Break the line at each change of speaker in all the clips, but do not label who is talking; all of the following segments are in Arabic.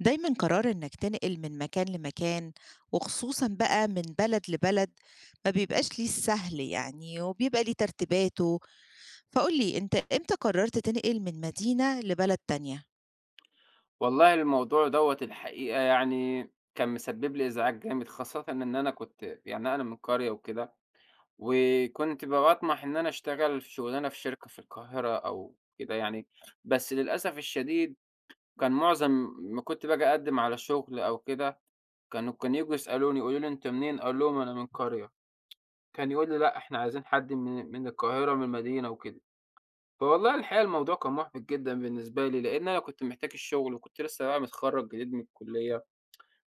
دايمًا قرار إنك تنقل من مكان لمكان، وخصوصًا بقى من بلد لبلد، ما بيبقاش ليه السهل يعني، وبيبقى ليه ترتيباته، فقُل لي أنت إمتى قررت تنقل من مدينة لبلد تانية؟
والله الموضوع دوّة الحقيقة يعني كان مسبب لي إزعاج جامد، خاصةً إن أنا كنت يعني أنا من قرية وكده، وكنت باطمح إن أنا أشتغل في شغلانة في شركة في القاهرة أو كده يعني، بس للأسف الشديد كان معظم ما كنت باجي أقدّم على شغل أو كده، كانوا ييجوا يسألوني يقولوا لي: "أنت منين؟" أقول لهم: "أنا من قرية." كان يقول لي: "لأ، إحنا عايزين حد من القاهرة، من المدينة." وكده. فوالله الحقيقة الموضوع كان مُحبِط جدًا بالنسبة لي، لإن أنا كنت محتاج الشغل وكنت لسه بقى متخرّج جديد من الكلية.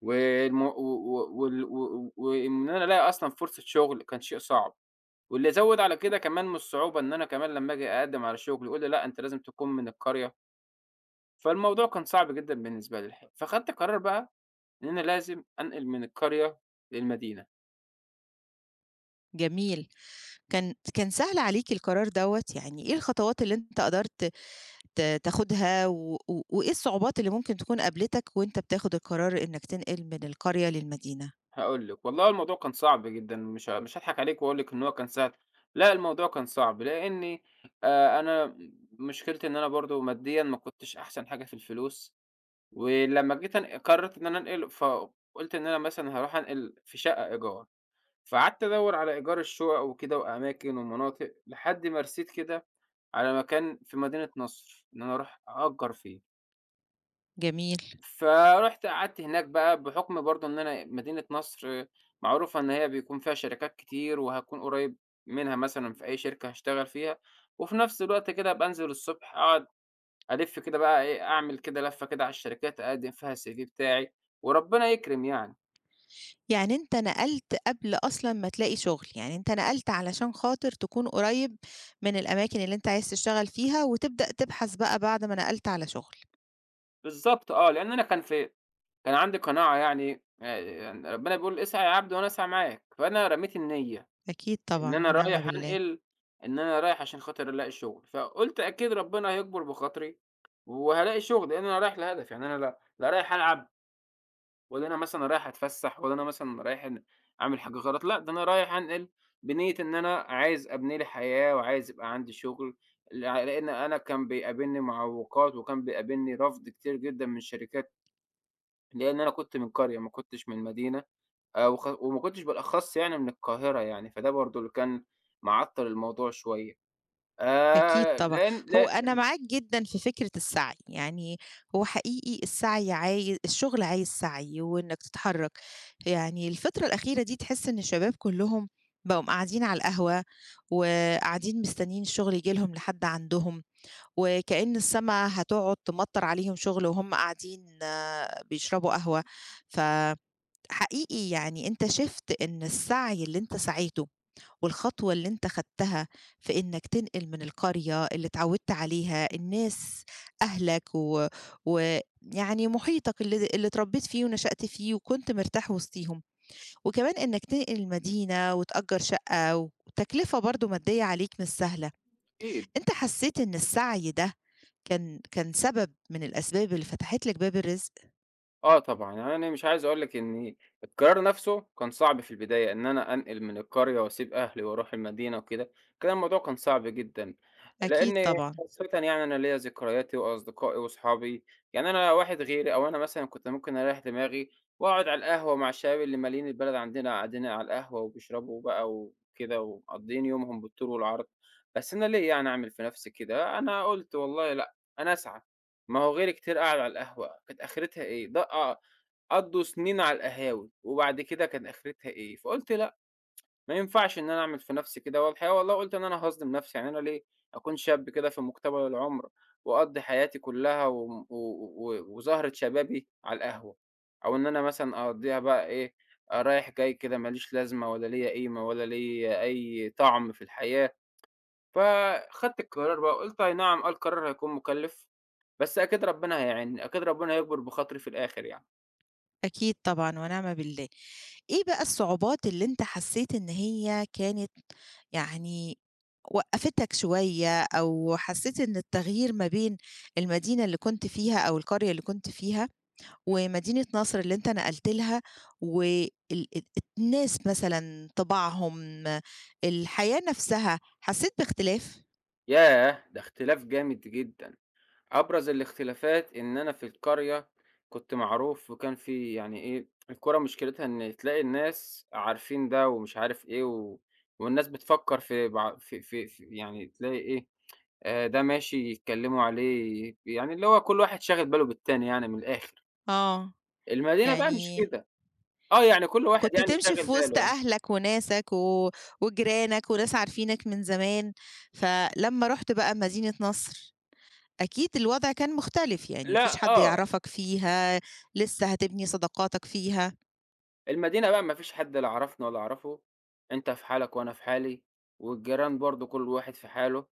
والم و و وال و وإن أنا ألاقي أصلًا فرصة شغل كان شيء صعب، واللي زوّد على كده كمان من الصعوبة إن أنا كمان لمّا آجي أقدّم على شغل يقول لي لأ أنت لازم تكون من القرية، فالموضوع كان صعب جدًا بالنسبة لي الحقيقة، فخدت قرار بقى إن أنا لازم أنقل من القرية للمدينة،
جميل، كان سهل عليك القرار دوّة؟ يعني إيه الخطوات اللي أنت قدرت تاخدها، و و وإيه الصعوبات اللي ممكن تكون قابلتك وأنت بتاخد القرار إنك تنقل من القرية للمدينة؟
هاقول لِك والله الموضوع كان صعب جدًا مش هاضحك عليكِ وأقول لِك إن هو كان سهل، لأ الموضوع كان صعب لإني أنا مشكلتي إن أنا برضه ماديًا ما كنتش أحسن حاجة في الفلوس. ولمّا جيت قررت إن أنا أنقل فقُلت إن أنا مثلًا هاروح أنقل في شقة إيجار، فقعدت أدوّر على إيجار الشقق وكده وأماكن ومناطق، لحد ما رسيت كده على مكان في مدينة نصر، إن أنا أروح أأجّر فيه.
جميل.
فرُحت قعدت هناك بقى بحكم برضه إن أنا مدينة نصر معروفة إن هي بيكون فيها شركات كتير، وهاكون قريب منها مثلًا في أي شركة هاشتغل فيها، وفي نفس الوقت كده أبقى أنزل الصبح أقعد ألِف كده بقى إيه، أعمل كده لَفّة كده على الشركات أقدّم فيها الCV بتاعي وربنا يكرم يعني.
يعني أنت نقلت قبل أصلًا ما تلاقي شغل، يعني أنت نقلت علشان خاطر تكون قريب من الأماكن اللي أنت عايز تشتغل فيها، وتبدأ تبحث بقى بعد ما نقلت على شغل،
بالضبط آه، لإن أنا كان عندي قناعة يعني يعني ربنا بيقول اسعى يا عبد وأنا أسعى معاك، فأنا رميت النيّة
أكيد
إن
طبعًا
أنا
ونعم
رايح
بالله،
أنقل إن أنا رايح عشان خاطر ألاقي شُغل، فقُلت أكيد ربنا هيجبر بخاطري وهالاقي شُغل، لإن أنا رايح لهدف، يعني أنا لا رايح ألعب ولا أنا مثلًا رايح أتفسّح، ولا أنا مثلًا رايح إن أعمل حاجة غلط، لأ ده أنا رايح أنقل بنية إن أنا عايز أبني لي حياة، وعايز يبقى عندي شغل، لإن أنا كان بيقابلني معوّقات، وكان بيقابلني رفض كتير جدًا من الشركات، لإن أنا كنت من قرية، ما كنتش من مدينة، وخ وما كنتش بالأخص يعني من القاهرة يعني، فده برضه اللي كان معطّل الموضوع شوية.
أكيد طبعًا.
لإن
هو
لأ
أنا معاك جدًا في فكرة السعي، يعني هو حقيقي السعي عاي الشغل عايز سعي وإنك تتحرك، يعني الفترة الأخيرة دي تحس إن الشباب كلهم بقوا قاعدين على القهوة، وقاعدين مستنيين الشغل ييجي لهم لحد عندهم، وكأن السما هتقعد تمطّر عليهم شغل وهُم قاعدين آه، بيشربوا قهوة، فحقيقي يعني أنت شِفت إن السعي اللي أنت سعيته والخطوة اللي أنت خدتها في إنّك تنقل من القرية اللي اتعوّدت عليها، الناس أهلك و ويعني محيطك اللي اتربّيت فيه ونشأت فيه وكنت مرتاح وسطيهم، وكمان إنّك تنقل المدينة وتأجّر شقة وتكلفة برضه مادية عليك مش سهلة،
أكيد.
أنت حسّيت إن السعي ده كان سبب من الأسباب اللي فتحت لِك باب الرزق؟
آه طبعًا، يعني أنا مش عايز أقول لِك إن القرار نَفْسه كان صعب في البداية، إن أنا أنقل من القرية وأسيب أهلي وأروح المدينة وكده، كان الموضوع كان صعب جدًا،
أكيد
لإن
طبعًا،
خاصةً يعني أنا ليّا ذكرياتي وأصدقائي وأصحابي، يعني أنا واحد غيري أو أنا مثلًا كنت ممكن أريّح دماغي وأقعد على القهوة مع الشباب اللي مالين البلد عندنا قاعدين على القهوة وبيشربوا بقى وكده ومقضّيين يومهم بالطول والعرض، بس أنا ليه يعني أعمل في نَفْسي كده؟ أنا قُلت والله لأ، أنا أسعى. ما هو غيري كتير قعد على القهوة، كانت آخرتها إيه؟ ده آه، قضّوا سنين على القهاوي، وبعد كده كان آخرتها إيه؟ فقُلت لأ، ما ينفعش إن أنا أعمل في نَفْسي كده، والحقيقة والله قُلت إن أنا هاظلم نَفْسي، يعني أنا ليه أكون شاب كده في مقتبل العُمر وأقضّي حياتي كلّها وم و و وزهرة شبابي على القهوة، أو إن أنا مثلًا أقضّيها بقى إيه، رايح جاي كده ما ليش لازمة ولا ليّا قيمة ولا ليّا أي طَعم في الحياة. فخدت القرار بقى وقُلت أي نعم آه القرار هيكون مُكلِّف، بس أكيد ربنا هيعينّي، أكيد ربنا هيجبر بخاطري في الآخر يعني.
أكيد طبعًا ونعم بالله. إيه بقى الصعوبات اللي أنت حسّيت إن هي كانت يعني وقّفتك شوية أو حسّيت إن التغيير ما بين المدينة اللي كنت فيها أو القرية اللي كنت فيها ومدينة نصر اللي أنت نقلت لها وال الناس مثلًا، طباعهم، الحياة نفسها، حسّيت باختلاف؟
ياه! ده اختلاف جامد جدًا. أبرز الاختلافات إن أنا في القرية كنت معروف وكان في يعني إيه، الكورة مشكلتها إن تلاقي الناس عارفين ده ومش عارف إيه و والناس بتفكّر في بع في في في يعني تلاقي إيه، ده ماشي يتكلّموا عليه يعني اللي هو كل واحد شاغل باله بالتاني يعني من الآخر.
آه،
المدينة بقى مش
يعني
كده. آه، يعني كل واحد
كنت
يعني
تمشي
شاغل
في
باله
وسط
آه.
أهلك وناسك و وجيرانك وناس عارفينك من زمان، فلمّا رُحت بقى مدينة نصر، أكيد الوضع كان مختلف، يعني ما فيش
لأ،
حد
آه،
يعرفك فيها، لسه هتبني صداقاتك فيها.
المدينة بقى ما فيش حد لا عرفني ولا أعرفه، أنت في حالك وأنا في حالي، والجيران برضه كل واحد في حاله،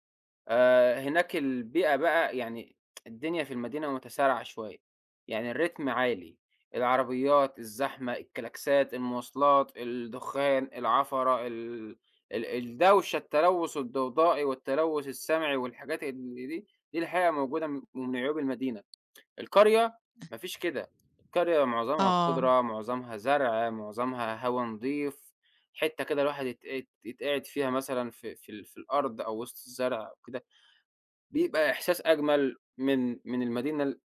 هناك البيئة بقى يعني الدنيا في المدينة متسارعة شوية، يعني الريتم عالي، العربيات، الزحمة، الكلاكسات، المواصلات، الدخان، العفرة، ال ال الدوشة، التلوث الضوضائي والتلوث السمعي والحاجات اللي دي، دي الحقيقة موجودة من عيوب المدينة. القرية ما فيش كده، القرية معظمها
آه،
خُضرة، معظمها زرع، معظمها هوا نضيف، حتّة كده الواحد يت يت يتقعد فيها مثلًا في الأرض أو وسط الزرع وكده، بيبقى إحساس أجمل من المدينة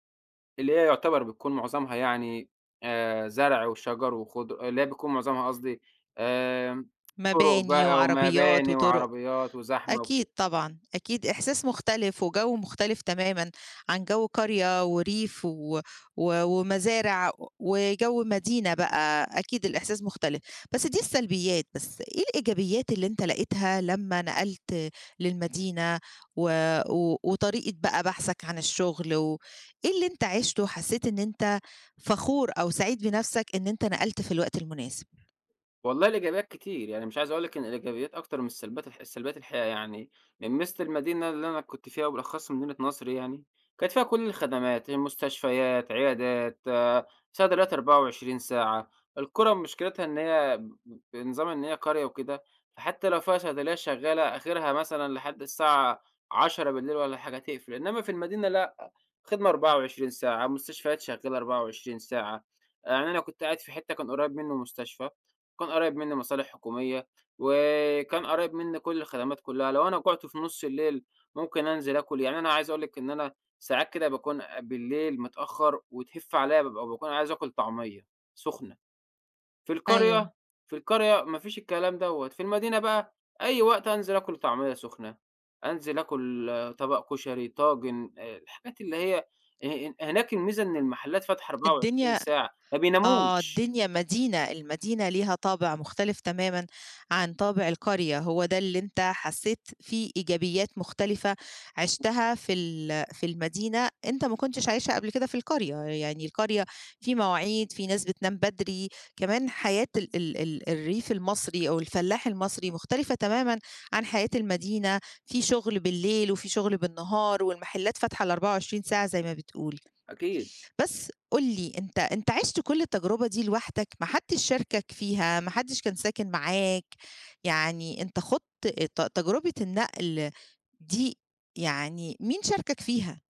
اللي هي يعتبر بتكون معظمها يعني زرع وشجر وخُضر اللي هي بيكون معظمها قصدي آمم طُرُق
مباني
بقى
وعربيات
ومباني
وطرق.
وعربيات وزحمة
أكيد
وكده.
طبعًا، أكيد إحساس مختلف وجَو مختلف تمامًا عن جَو قرية وريف و و ومزارع وجَو مدينة بقى، أكيد الإحساس مختلف، بس دي السلبيات، بس إيه الإيجابيات اللي أنت لقيتها لمّا نقلت للمدينة و و وطريقة بقى بحثك عن الشغل إيه اللي أنت عِشته وحسّيت إن أنت فخور أو سعيد بنَفْسك إن أنت نقلت في الوقت المناسب؟
والله الإيجابيات كتير، يعني مش عايز أقول لِك إن الإيجابيات أكتر من السلبيات السلبيات الحقيقة يعني، من ميزة المدينة اللي أنا كنت فيها وبالأخص مدينة نصر يعني، كانت فيها كل الخدمات، مستشفيات، عيادات، آه، صيدليات 24 ساعة، القرى مشكلتها إن هي بنظام إن هي قرية وكده، فحتى لو فيها صيدلية شغالة آخرها مثلًا لحد الساعة 22:00 والّا حاجة تقفل، إنما في المدينة لأ، خدمة 24 ساعة، مستشفيات شغالة 24 ساعة، يعني أنا كنت قاعد في حتة كان قريب منه مستشفى كان قريّب منّي مصالح حكومية، وكان قريّب منّي كل الخدمات كلّها، لو أنا جُعت في نُص الليل ممكن أنزل آكُل، يعني أنا عايز أقول لِك إن أنا ساعات كده باكون بالليل متأخّر وتهِف عليّا بابقى باكون عايز آكُل طعمية سُخنة، في
أيوه.
القرية في القرية ما فيش الكلام دوّة، في المدينة بقى أي وقت أنزل آكُل طعمية سُخنة، أنزل آكُل آه، طبق كشري، طاجن، الحاجات اللي هي هناك الميزة إن المحلّات فاتحة 24
الدنيا
ساعة، ما بيناموش
الدنيا مدينة، المدينة ليها طابع مختلف تمامًا عن طابع القرية، هو ده اللي أنت حسّيت فيه إيجابيات مختلفة عِشتها في المدينة، أنت ما كنتش عايشها قبل كده في القرية، يعني القرية في مواعيد، في ناس بتنام بدري، كمان حياة ال ال ال الريف المصري أو الفلاح المصري مختلفة تمامًا عن حياة المدينة، في شغل بالليل وفي شغل بالنهار والمحلات فاتحة ال24 ساعة زي ما بتقول.
أكيد.
بس قُل لي أنت عِشت كل التجربة دي لوحدك، ما حدّش شاركك فيها، ما حدّش كان ساكن معاك، يعني أنت خُضت تجربة النقل دي يعني مين شاركك فيها؟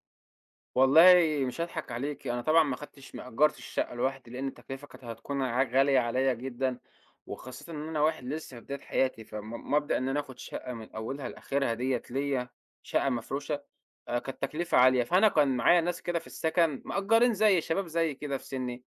والله مش هاضحك عليكِ، أنا طبعًا ما خدتش ما أجرتش الشقة لوحدي، لأن التكلفة كانت هتكون غالية عليَّ جدًا، وخاصةً إن أنا واحد لسه في بداية حياتي، مبدأ إن أنا آخد شقة من أولها لآخرها ديّة ليَّ، شقة مفروشة، كانت تكلفة عالية. فأنا كان معايا ناس كده في السكن مأجرين زيي، شباب زيي كده في سني،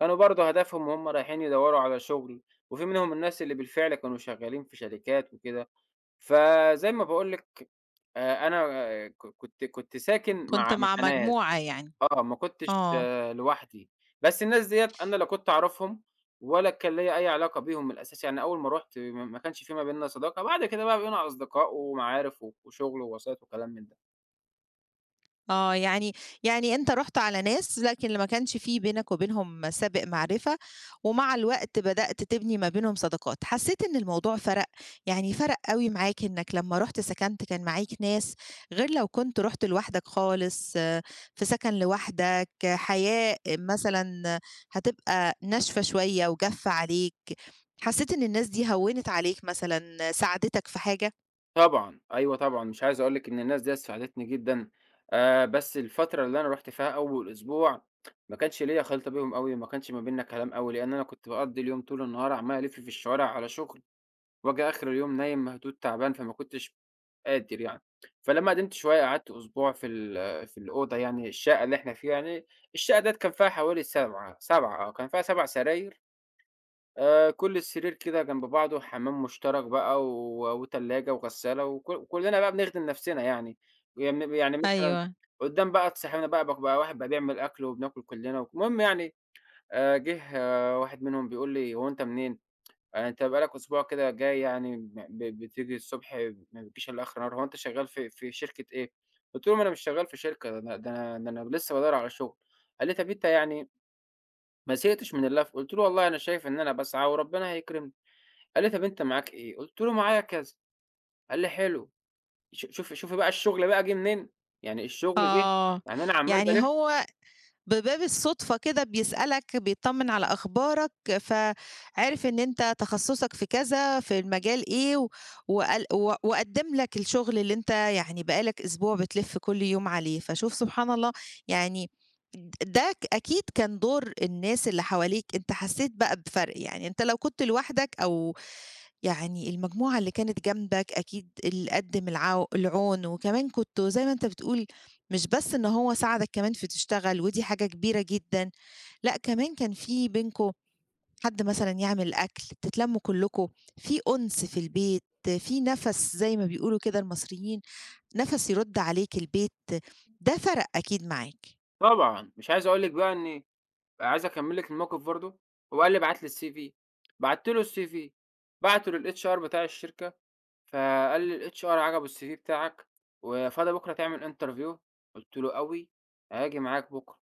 كانوا برضه هدفهم وهُم رايحين يدوروا على شغل، وفي منهم الناس اللي بالفعل كانوا شغالين في شركات وكده. فزي ما باقول لِك، أنا آه، ك كنت كنت ساكن
كنت
مع
مع
مع ناس.
مجموعة يعني.
آه، ما كنتش
آه.
آه، لوحدي، بس الناس ديّة أنا لا كنت أعرفهم ولا كان ليّا أي علاقة بيهم من الأساس، يعني أول ما رُحت ما كانش في ما بيننا صداقة، بعد كده بقى بقينا أصدقاء ومعارف و وشغل ووسايط وكلام من ده.
آه، يعني أنت رُحت على ناس لكن اللي ما كانش في بينك وبينهم سابق معرفة، ومع الوقت بدأت تبني ما بينهم صداقات، حسّيت إن الموضوع فرَق؟ يعني فرَق أوي معاك إنّك لمّا رُحت سكنت كان معاك ناس، غير لو كنت رُحت لوحدك خالص آه، في سكن لوحدك، آه، حياة مثلًا هتبقى ناشفة شوية وجافة عليك، حسّيت إن الناس دي هوّنت عليك مثلًا، ساعدتك في حاجة؟
طبعًا، أيوه طبعًا، مش عايز أقول لِك إن الناس ديّة ساعدتني جدًا، بس الفترة اللي أنا رُحت فيها أول أسبوع ما كانش ليّا خلْط بيهم أوي، ما كانش ما بيننا كلام أوي، لإن أنا كنت باقضّي اليوم طول النهار عمّال ألِف في الشوارع على شغل. وآجي آخر اليوم نايم مهدود تعبان، فما كنتش قادر يعني. فلمّا قدمت شوية قعدت أسبوع في الأوضة يعني الشقة اللي إحنا فيها يعني، الشقة ديّة كان فيها حوالي 7، 7 كان فيها 7 سراير كل سرير كده جنب بعضه، حمام مشترك بقى وتلاجة وغسالة وكلنا بقى بنخدم نفسنا يعني، يعني مثلًا
أيوه،
قدّام بقى صاحبنا بقى بقى واحد بقى بيعمل أكل وبناكل كلنا، المهم يعني جه آه، واحد منهم بيقول لي: "هو أنت منين؟ يعني أنت بقى لك أسبوع كده جاي يعني ب بتيجي الصبح ما بتجيش إلا آخر النهار، هو أنت شغال في شركة إيه؟" قُلت لهم أنا مش شغال في شركة، ده أنا ده أنا ده أنا لسه بادوّر على شغل. قال لي: "طَب أنت يعني ما زهقتش من اللف؟" قُلت له: "والله أنا شايف إن أنا باسعى وربنا هيكرمني." قال لي: "طَب أنت معاك إيه؟" قُلت له: "معايا كذا." قال لي: "حلو." ش شوفي شوفي بقى الشغل بقى جِه منين، يعني الشغل جِه
آه.
يعني أنا عمّال
يعني
بالِف
هو بباب الصُدفة كده بيسألك، بيطّمن على أخبارك، فعِرِف إن أنت تخصُّصك في كذا، في المجال إيه، و وقال و وقدّم لك الشغل اللي أنت يعني بقى لك أسبوع بتلِف كل يوم عليه، فشوف سبحان الله، يعني د ده ك أكيد كان دور الناس اللي حواليك، أنت حسّيت بقى بفرق، يعني أنت لو كنت لوحدك أو يعني المجموعة اللي كانت جنبك أكيد اللي قدّم العون، وكمان كنتوا زي ما أنت بتقول مش بس إن هو ساعدك كمان في تشتغل ودي حاجة كبيرة جدًا، لأ كمان كان في بينكم حد مثلًا يعمل أكل، تتلمّوا كلّكم، في أُنس في البيت، في نَفَس زي ما بيقولوا كده المصريين، نَفَس يرُد عليك البيت، ده فرق أكيد معاك.
طبعًا، مش عايز أقول لِك بقى إني عايز أكمّل لِك الموقف برضه، هو قال لي: "ابعت لي الCV." بعت له الCV، بعته للHR بتاع الشركة، فقال لي: "الHR عجبه الCV بتاعك وفاضي بكرة تعمل interview." قُلت له: "أوي، هاجي معاك بكرة."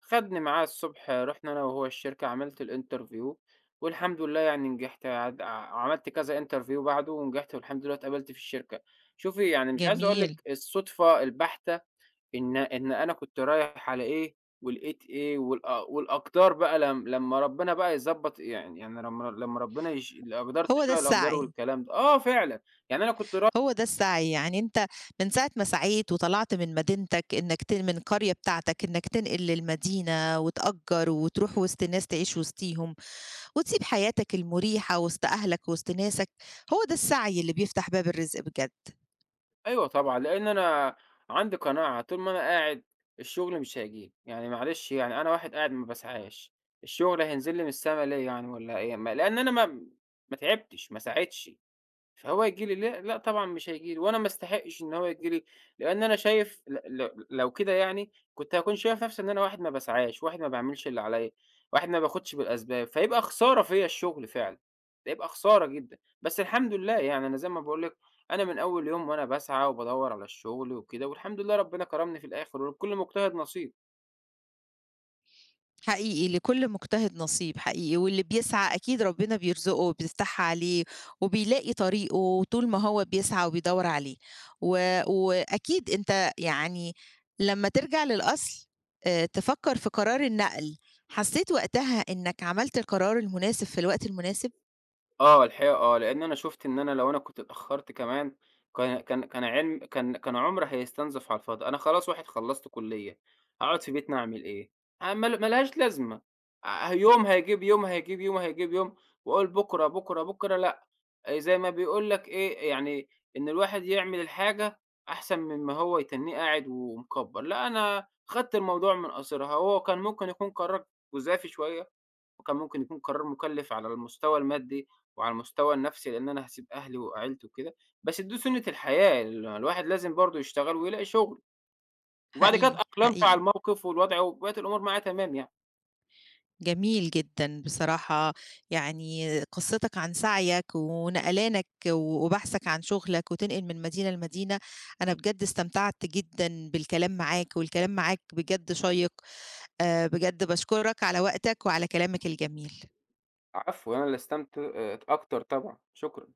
خدني معاه الصبح، رُحنا أنا وهو الشركة، عملت الinterview والحمد لله يعني نجحت، عملت كذا interview بعده ونجحت والحمد لله اتقبلت في الشركة. شوفي يعني مش عايز أقول
جميل.
لِك الصدفة البحتة إن أنا كنت رايح على إيه، ولقيت إيه، والأقدار بقى لم لمّا ربنا بقى يضبّط يعني لمّا ربنا الأقدار
هو ده
تشاء الأقدار
السعي.
والكلام ده، آه فعلًا، يعني أنا كنت رايح
هو ده السعي، يعني أنت من ساعة ما سعيت وطلعت من مدينتك إنك من القرية بتاعتك إنك تنقل للمدينة وتأجّر وتروح وسط ناس تعيش وسطيهم، وتسيب حياتك المريحة وسط أهلك وسط ناسك، هو ده السعي اللي بيفتح باب الرزق بجد.
أيوه طبعًا، لإن أنا عندي قناعة طول ما أنا قاعد الشغل مش هيجيب، يعني معلش يعني أنا واحد قاعد ما باسعاش، الشغل هينزل لي من السما ليه يعني والّا إيه، ما لإن أنا ما تعبتش، ما ساعدتش. فهو هييجي لي لأ، لأ طبعًا مش هييجي لي، وأنا ما استحقش إن هو ييجي لي، لإن أنا شايف ل ل لو كده يعني كنت هاكون شايف نفسي إن أنا واحد ما باسعاش، واحد ما باعملش اللي عليّا، واحد ما باخدش بالأسباب، فيبقى خسارة فيّا الشغل فعلًا، هيبقى خسارة جدًا، بس الحمد لله يعني أنا زي ما باقول لك أنا من أول يوم وأنا باسعى وبادوّر على الشغل وكده، والحمد لله ربنا كرمني في الآخر ولكل مجتهد نصيب.
حقيقي، لكل مجتهد نصيب حقيقي، واللي بيسعى أكيد ربنا بيرزقه وبيفتحها عليه وبيلاقي طريقه طول ما هو بيسعى وبيدوّر عليه، و وأكيد أنت يعني لمّا ترجع للأصل تفكّر في قرار النقل، حسّيت وقتها إنّك عملت القرار المناسب في الوقت المناسب؟
آه، الحقيقة آه، لإن أنا شُفت إن أنا لو أنا كنت اتأخّرت كمان كان كان كان علم كان كان عُمري هيستنزف على الفاضي، أنا خلاص واحد خلّصت كُلّية، هاقعد في بيتنا أعمل إيه؟ ما ل ما لهاش لازمة، يوم هيجيب يوم، هيجيب يوم، هيجيب يوم، وأقول بُكرة، بُكرة، بُكرة لأ، زي ما بيقول لك إيه، يعني إن الواحد يعمل الحاجة أحسن من ما هو يتنّيه قاعد ومكبّر، لأ أنا خدت الموضوع من قاصرها، هو كان ممكن يكون قرار جُزافي شوية وكان ممكن يكون قرار مُكلِّف على المستوى المادي وعلى المستوى النفسي، لإن أنا هاسيب أهلي وعيلتي وكده، بس دي سُنّة الحياة، الواحد لازم برضه يشتغل ويلاقي شُغل، وبعد كده
حقيقي،
اتأقلمت على
حقيقي.
الموقف والوضع وبقت الأمور معايا تمام يعني.
جميل جدًا بصراحة، يعني قصتك عن سعيك ونقلانك وبحثك عن شغلك وتنقل من مدينة لمدينة، أنا بجد استمتعت جدًا بالكلام معاك، والكلام معاك بجد شيّق، بجد باشكرك على وقتك وعلى كلامك الجميل.
عفو أنا اللي استمت أ أكتر طبعًا، شكرًا.